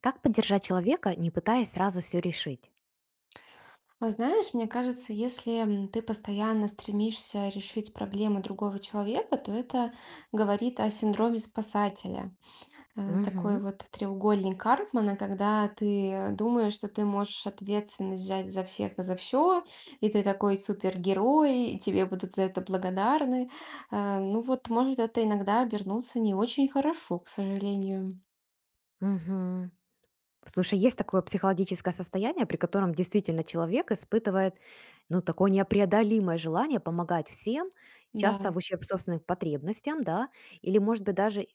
Как поддержать человека, не пытаясь сразу все решить? Вот знаешь, мне кажется, если ты постоянно стремишься решить проблему другого человека, то это говорит о синдроме спасателя. Такой Мгм, вот треугольник Карпмана, когда ты думаешь, что ты можешь ответственность взять за всех и за все, и ты такой супергерой, и тебе будут за это благодарны. Ну вот, может это иногда обернуться не очень хорошо, к сожалению. мгм. Слушай, есть такое психологическое состояние, при котором действительно человек испытывает, ну, такое непреодолимое желание помогать всем, часто Да. в ущерб собственным потребностям, да, или, может быть, даже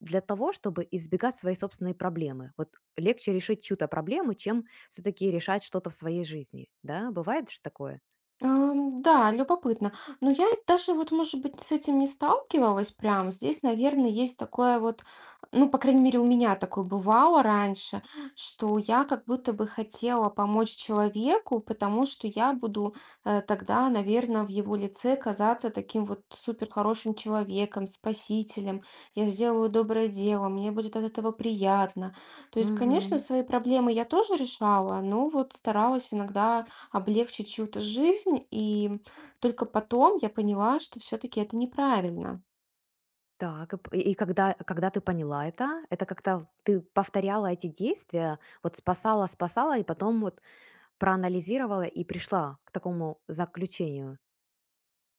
для того, чтобы избегать свои собственные проблемы. Вот легче решить чью-то проблему, чем все-таки решать что-то в своей жизни, да? Бывает же такое? Да, любопытно. Но я даже вот, может быть, с этим не сталкивалась прям. Здесь, наверное, есть такое вот, ну, по крайней мере, у меня такое бывало раньше, что я как будто бы хотела помочь человеку, потому что я буду тогда, наверное, в его лице казаться таким вот супер хорошим человеком, спасителем. Я сделаю доброе дело, мне будет от этого приятно. То есть, конечно, Мгм. свои проблемы я тоже решала, но вот старалась иногда облегчить чью-то жизнь. И только потом я поняла, что все таки это неправильно. Так, и когда ты поняла это как-то ты повторяла эти действия, вот спасала и потом вот проанализировала и пришла к такому заключению?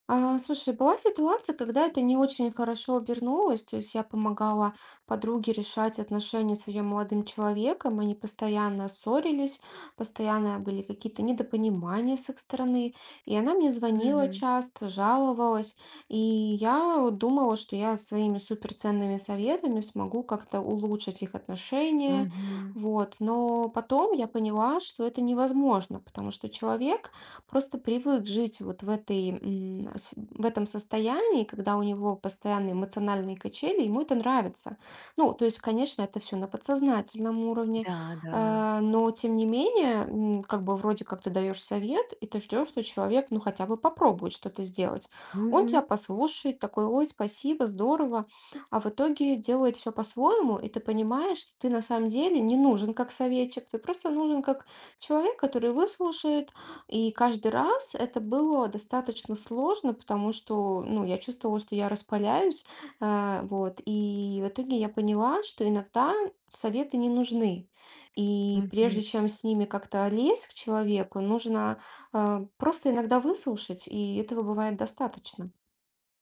Слушай, была ситуация, когда это не очень хорошо обернулось. То есть я помогала подруге решать отношения с ее молодым человеком. Они постоянно ссорились, постоянно были какие-то недопонимания с их стороны. И она мне звонила Мгм. часто, жаловалась. И я вот думала, что я своими суперценными советами смогу как-то улучшить их отношения. Мгм. Вот. Но потом я поняла, что это невозможно, потому что человек просто привык жить вот в этой, в этом состоянии, когда у него постоянные эмоциональные качели, ему это нравится. Ну, то есть, конечно, это все на подсознательном уровне, Да, да. Но тем не менее, как бы вроде как ты даешь совет, и ты ждешь, что человек, ну, хотя бы попробует что-то сделать. Он тебя Мгм. послушает, такой, ой, спасибо, здорово, а в итоге делает все по-своему, и ты понимаешь, что ты на самом деле не нужен как советчик, ты просто нужен как человек, который выслушает, и каждый раз это было достаточно сложно, потому что, ну, я чувствовала, что я распаляюсь, вот. И в итоге я поняла, что иногда советы не нужны. И Мгм. прежде чем с ними как-то лезть к человеку, нужно, просто иногда выслушать, и этого бывает достаточно.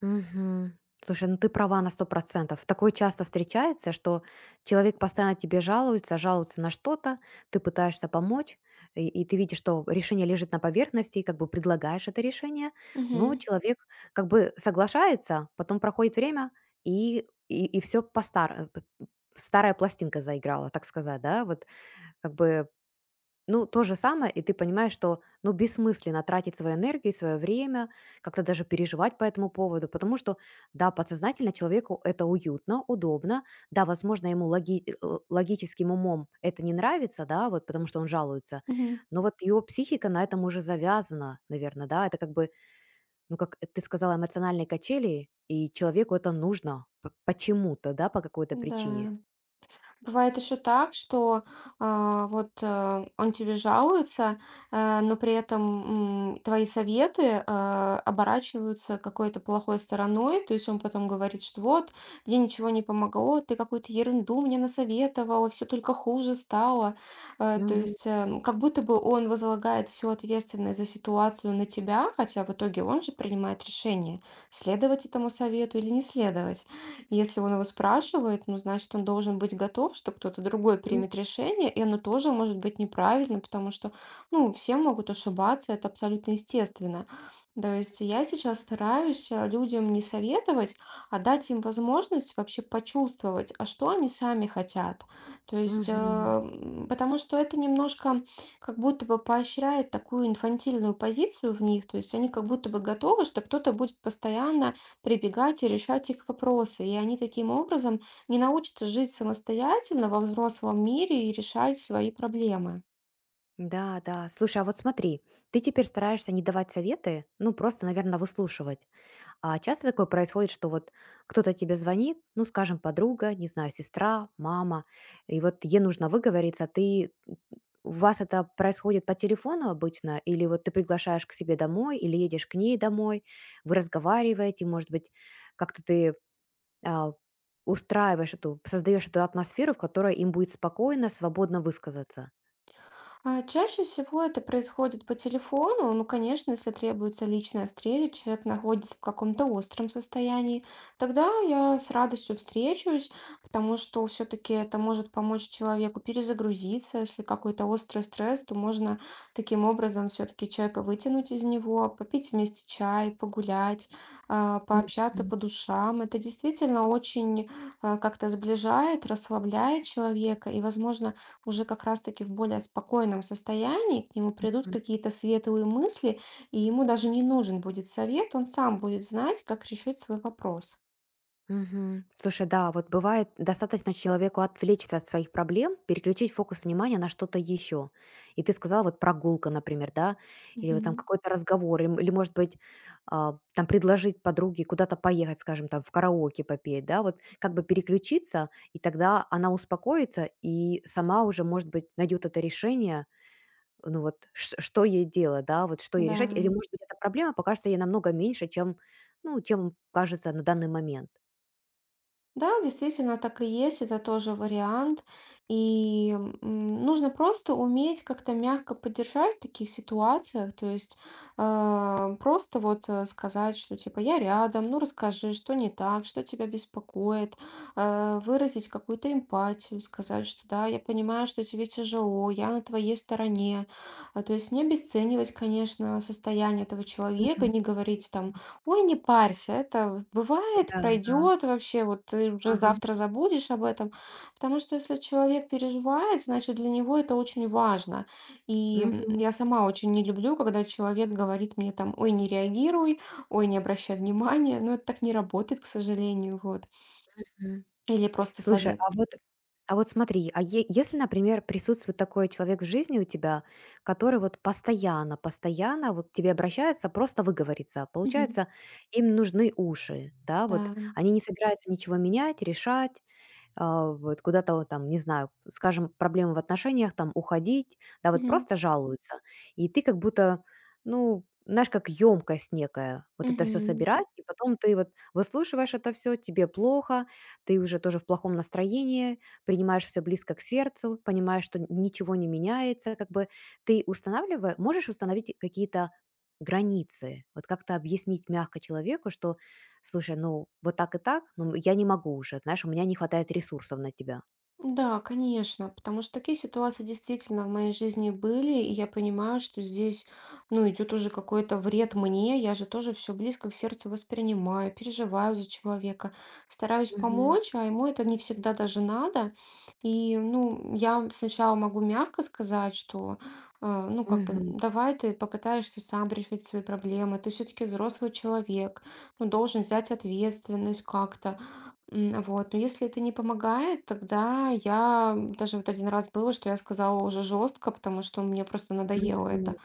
Мгм. Слушай, ну ты права на сто процентов. Такое часто встречается, что человек постоянно тебе жалуется, жалуется на что-то, ты пытаешься помочь, и ты видишь, что решение лежит на поверхности, и как бы предлагаешь это решение, но Мгм. человек как бы соглашается, потом проходит время, и все по стар- э, п- старая пластинка заиграла, так сказать, да, вот как бы, ну, то же самое, и ты понимаешь, что, ну, бессмысленно тратить свою энергию, свое время, как-то даже переживать по этому поводу, потому что, да, подсознательно человеку это уютно, удобно, да, возможно, ему логическим умом это не нравится, да, вот потому что он жалуется, Мгм. но вот его психика на этом уже завязана, наверное, да, это как бы, ну, как ты сказала, эмоциональные качели, и человеку это нужно почему-то, да, по какой-то причине. Да. Бывает еще так, что он тебе жалуется, но при этом твои советы оборачиваются какой-то плохой стороной. То есть он потом говорит, что вот, мне ничего не помогло, ты какую-то ерунду мне насоветовала, все только хуже стало. То есть как будто бы он возлагает всю ответственность за ситуацию на тебя, хотя в итоге он же принимает решение, следовать этому совету или не следовать. Если он его спрашивает, ну, значит, он должен быть готов, что кто-то другой Мгм. примет решение, и оно тоже может быть неправильным, потому что, ну, все могут ошибаться, это абсолютно естественно. То есть я сейчас стараюсь людям не советовать, а дать им возможность вообще почувствовать, а что они сами хотят. То есть, Мгм. Потому что это немножко как будто бы поощряет такую инфантильную позицию в них, то есть они как будто бы готовы, что кто-то будет постоянно прибегать и решать их вопросы. И они таким образом не научатся жить самостоятельно во взрослом мире и решать свои проблемы. Да, да. Слушай, а вот смотри, ты теперь стараешься не давать советы, ну, просто, наверное, выслушивать. А часто такое происходит, что вот кто-то тебе звонит, ну, скажем, подруга, не знаю, сестра, мама, и вот ей нужно выговориться, ты... У вас это происходит по телефону обычно, или вот ты приглашаешь к себе домой, или едешь к ней домой, вы разговариваете, может быть, как-то ты а, создаешь эту атмосферу, в которой им будет спокойно, свободно высказаться. Чаще всего это происходит по телефону. Ну, конечно, если требуется личная встреча, человек находится в каком-то остром состоянии, тогда я с радостью встречусь, потому что все-таки это может помочь человеку перезагрузиться. Если какой-то острый стресс, то можно таким образом все-таки человека вытянуть из него, попить вместе чай, погулять, пообщаться Мгм. по душам. Это действительно очень как-то сближает, расслабляет человека и, возможно, уже как раз-таки в более спокойном состоянии, к нему придут какие-то светлые мысли, и ему даже не нужен будет совет, он сам будет знать, как решить свой вопрос. Мгм. Слушай, да, вот бывает достаточно человеку отвлечься от своих проблем, переключить фокус внимания на что-то еще. И ты сказала, вот прогулка, например, да, или вот там Мгм. какой-то разговор, или, или, может быть, там предложить подруге куда-то поехать, скажем, там в караоке попеть, да, вот как бы переключиться, и тогда она успокоится и сама уже, может быть, найдет это решение, ну вот, что ей делать, да, вот что ей Да. решать, или, может быть, эта проблема покажется ей намного меньше, чем, ну, чем кажется на данный момент. Да, действительно, так и есть, это тоже вариант. И нужно просто уметь как-то мягко поддержать в таких ситуациях, то есть сказать, что типа я рядом, ну расскажи, что не так, что тебя беспокоит, выразить какую-то эмпатию, сказать, что да, я понимаю, что тебе тяжело, я на твоей стороне. То есть не обесценивать, конечно, состояние этого человека, не говорить там: "Ой, не парься, это вот бывает, Да, да. пройдет вообще, вот ты уже Ага. завтра забудешь об этом", потому что если человек переживает, значит для него это очень важно. И Мгм, я сама очень не люблю, когда человек говорит мне там: "Ой, не реагируй, ой, не обращай внимания", но это так не работает, к сожалению, вот. мгм. Или просто Слушай, совет. а вот смотри, а е если, например, присутствует такой человек в жизни у тебя, который вот постоянно постоянно вот к тебе обращается просто выговориться. Мгм. Получается, им нужны уши, да, вот. Да. Они не собираются ничего менять, решать. Вот куда-то вот там, не знаю, скажем, проблемы в отношениях, там, уходить, да, вот Мгм. просто жалуются. И ты как будто, ну, знаешь, как емкость некая, вот это все Мгм. собирать, и потом ты вот выслушиваешь это все, тебе плохо, ты уже тоже в плохом настроении, принимаешь все близко к сердцу, понимаешь, что ничего не меняется, как бы ты можешь установить какие-то границы, вот как-то объяснить мягко человеку, что: «Слушай, ну вот так и так, ну я не могу уже, знаешь, у меня не хватает ресурсов на тебя». Да, конечно, потому что такие ситуации действительно в моей жизни были, и я понимаю, что здесь, ну, идет уже какой-то вред мне, я же тоже все близко к сердцу воспринимаю, переживаю за человека, стараюсь Мгм. помочь, а ему это не всегда даже надо. И, ну, я сначала могу мягко сказать, что, ну, как бы, Мгм. давай ты попытаешься сам решить свои проблемы, ты все-таки взрослый человек, ну, должен взять ответственность как-то. Вот. Но если это не помогает, тогда я, даже вот один раз было, что я сказала уже жестко, потому что мне просто надоело Мгм. это.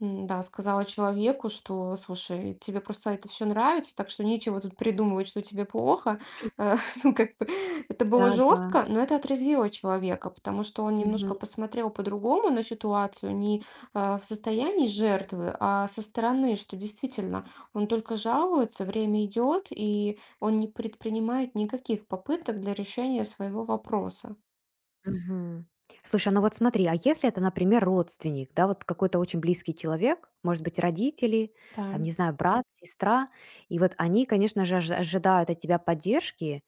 Да, сказала человеку, что: "Слушай, тебе просто это все нравится, так что нечего тут придумывать, что тебе плохо". Э, ну, как бы это было Да-да. жестко, но это отрезвило человека, потому что он Мгм. немножко посмотрел по-другому на ситуацию, не в состоянии жертвы, а со стороны, что действительно он только жалуется, время идет, и он не предпринимает никаких попыток для решения своего вопроса. Мгм. Слушай, ну вот смотри, а если это, например, родственник, да, вот какой-то очень близкий человек, может быть, родители, Да. там, не знаю, брат, сестра, и вот они, конечно же, ожидают от тебя поддержки.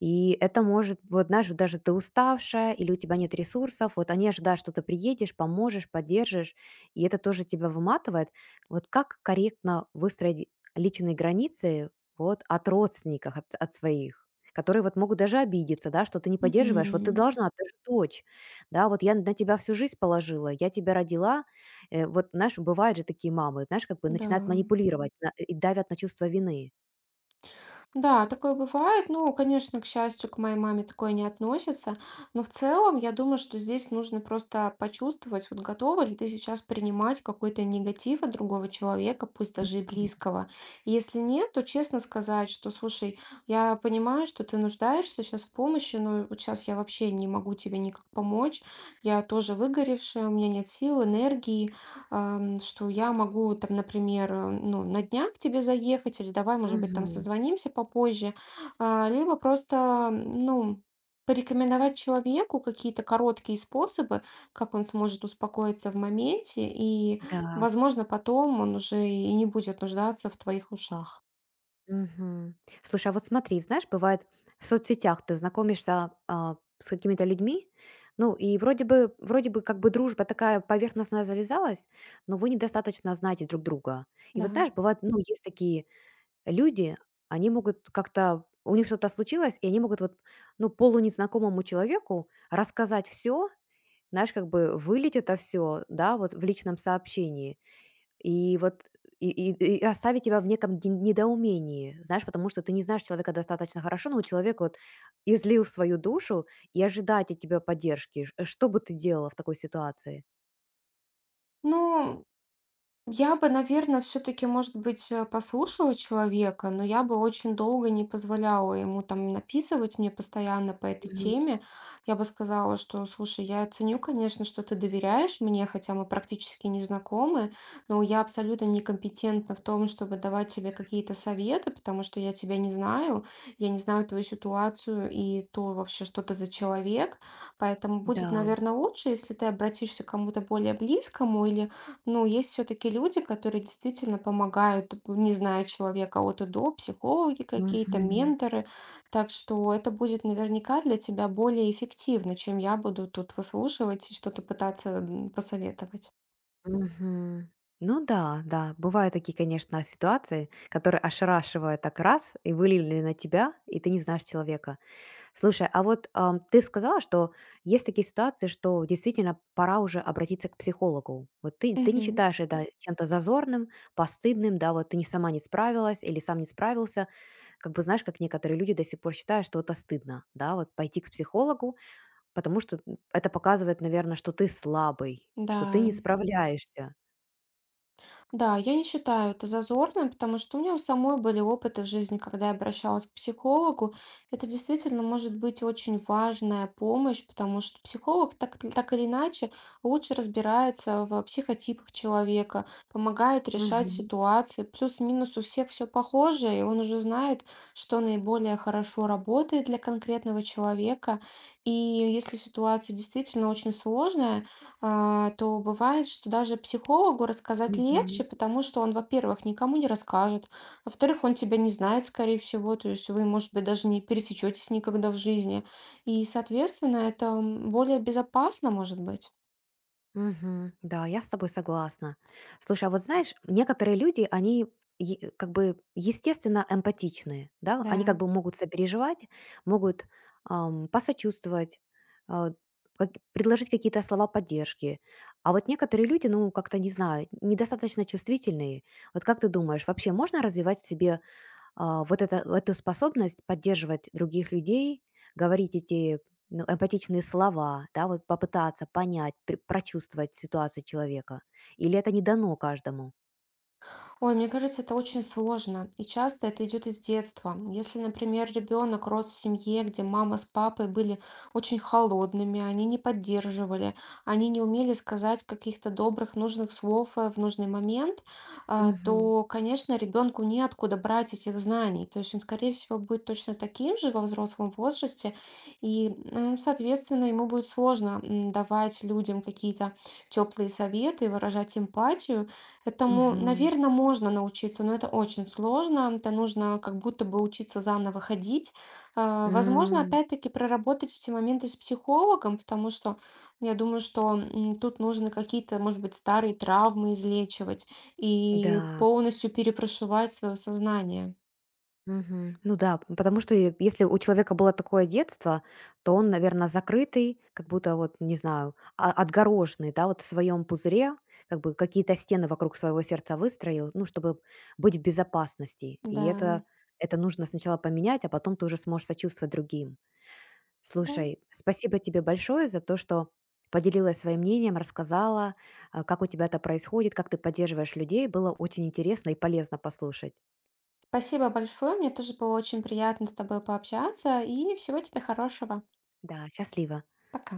И это может, вот знаешь, вот даже ты уставшая или у тебя нет ресурсов, вот они ожидают, что ты приедешь, поможешь, поддержишь, и это тоже тебя выматывает. Вот как корректно выстроить личные границы вот от родственников, от своих, которые вот могут даже обидеться, да, что ты не поддерживаешь, вот ты Мгм. должна, ты же дочь, да, вот я на тебя всю жизнь положила, я тебя родила. Вот, знаешь, бывают же такие мамы, знаешь, как бы Да. начинают манипулировать и давят на чувство вины. Да, такое бывает. Ну, конечно, к счастью, к моей маме такое не относится. Но в целом, я думаю, что здесь нужно просто почувствовать, вот готова ли ты сейчас принимать какой-то негатив от другого человека, пусть Мгм. даже и близкого. И если нет, то честно сказать, что: "Слушай, я понимаю, что ты нуждаешься сейчас в помощи, но вот сейчас я вообще не могу тебе никак помочь. Я тоже выгоревшая, у меня нет сил, энергии что я могу там, например, ну, на днях к тебе заехать, или давай, может быть, там Мгм. созвонимся попозже". Либо просто, ну, порекомендовать человеку какие-то короткие способы, как он сможет успокоиться в моменте, и, Да. возможно, потом он уже и не будет нуждаться в твоих ушах. Мгм. Слушай, а вот смотри, знаешь, бывает, в соцсетях ты знакомишься, с какими-то людьми, ну, и вроде бы как бы дружба такая поверхностная завязалась, но вы недостаточно знаете друг друга. И Да. вот, знаешь, бывает, ну, есть такие люди, они могут как-то, у них что-то случилось, и они могут вот, ну, полунезнакомому человеку рассказать все, знаешь, как бы вылить это все, да, вот в личном сообщении. И вот и и и оставить тебя в неком д недоумении, знаешь, потому что ты не знаешь человека достаточно хорошо, но человек вот излил свою душу, и ожидать от тебя поддержки. Ш Что бы ты делала в такой ситуации? Ну, я бы, наверное, все таки может быть, послушала человека, но я бы очень долго не позволяла ему там написывать мне постоянно по этой Мгм. теме. Я бы сказала, что: "Слушай, я ценю, конечно, что ты доверяешь мне, хотя мы практически не знакомы, но я абсолютно некомпетентна в том, чтобы давать тебе какие-то советы, потому что я тебя не знаю, я не знаю твою ситуацию и то вообще, что ты за человек. Поэтому будет, Да. наверное, лучше, если ты обратишься к кому-то более близкому, или, ну, есть все-таки люди, которые действительно помогают, не зная человека от и до, психологи какие-то, Мгм. менторы. Так что это будет наверняка для тебя более эффективно, чем я буду тут выслушивать и что-то пытаться посоветовать". Мгм. Ну да, да, бывают такие, конечно, ситуации, которые ошарашивают, так раз и вылили на тебя, и ты не знаешь человека. Слушай, а вот, ты сказала, что есть такие ситуации, что действительно пора уже обратиться к психологу. Вот ты не Мгм. считаешь это чем-то зазорным, постыдным, да, вот ты не сама не справилась или сам не справился. Как бы знаешь, как некоторые люди до сих пор считают, что это стыдно, да, вот пойти к психологу, потому что, это показывает, наверное, что ты слабый, что ты Да. не справляешься. Да, я не считаю это зазорным, потому что у меня у самой были опыты в жизни, когда я обращалась к психологу. Это действительно может быть очень важная помощь, потому что психолог, так так или иначе, лучше разбирается в психотипах человека, помогает решать Мгм, ситуации. Плюс-минус у всех все похоже, и он уже знает, что наиболее хорошо работает для конкретного человека. И если ситуация действительно очень сложная, то бывает, что даже психологу рассказать мгм. легче, потому что он, во-первых, никому не расскажет, во-вторых, он тебя не знает, скорее всего, то есть вы, может быть, даже не пересечетесь никогда в жизни. И, соответственно, это более безопасно, может быть. Мгм. Да, я с тобой согласна. Слушай, а вот знаешь, некоторые люди, они как бы естественно эмпатичные, да, они Да. как бы могут сопереживать, могут, посочувствовать, а, предложить какие-то слова поддержки. А вот некоторые люди, ну, как-то, не знаю, недостаточно чувствительные. Вот как ты думаешь, вообще можно развивать в себе, вот это, эту способность поддерживать других людей, говорить эти, ну, эмпатичные слова, да, вот попытаться понять, прочувствовать ситуацию человека? Или это не дано каждому? Ой, мне кажется, это очень сложно, и часто это идет из детства. Если, например, ребенок рос в семье, где мама с папой были очень холодными, они не поддерживали, они не умели сказать каких-то добрых, нужных слов в нужный момент, Мгм. то, конечно, ребенку неоткуда брать этих знаний. То есть он, скорее всего, будет точно таким же во взрослом возрасте, и, соответственно, ему будет сложно давать людям какие-то теплые советы, выражать эмпатию. Этому, Мгм. наверное, можно научиться, но это очень сложно. Это нужно как будто бы учиться заново ходить. Возможно, М, опять-таки проработать эти моменты с психологом, потому что я думаю, что тут нужно какие-то, может быть, старые травмы излечивать и да. полностью перепрошивать свое сознание. Мгм. Ну да, п потому что е если у человека было такое детство, то он, наверное, закрытый, как будто вот, не знаю, отгороженный, да, вот в своем пузыре, как бы какие-то стены вокруг своего сердца выстроил, ну, чтобы быть в безопасности. Да, И это нужно сначала поменять, а потом ты уже сможешь сочувствовать другим. да. Слушай, спасибо тебе большое за то, что поделилась своим мнением, рассказала, как у тебя это происходит, как ты поддерживаешь людей. Было очень интересно и полезно послушать. Спасибо большое. Мне тоже было очень приятно с тобой пообщаться. И всего тебе хорошего. Да, счастливо. Пока.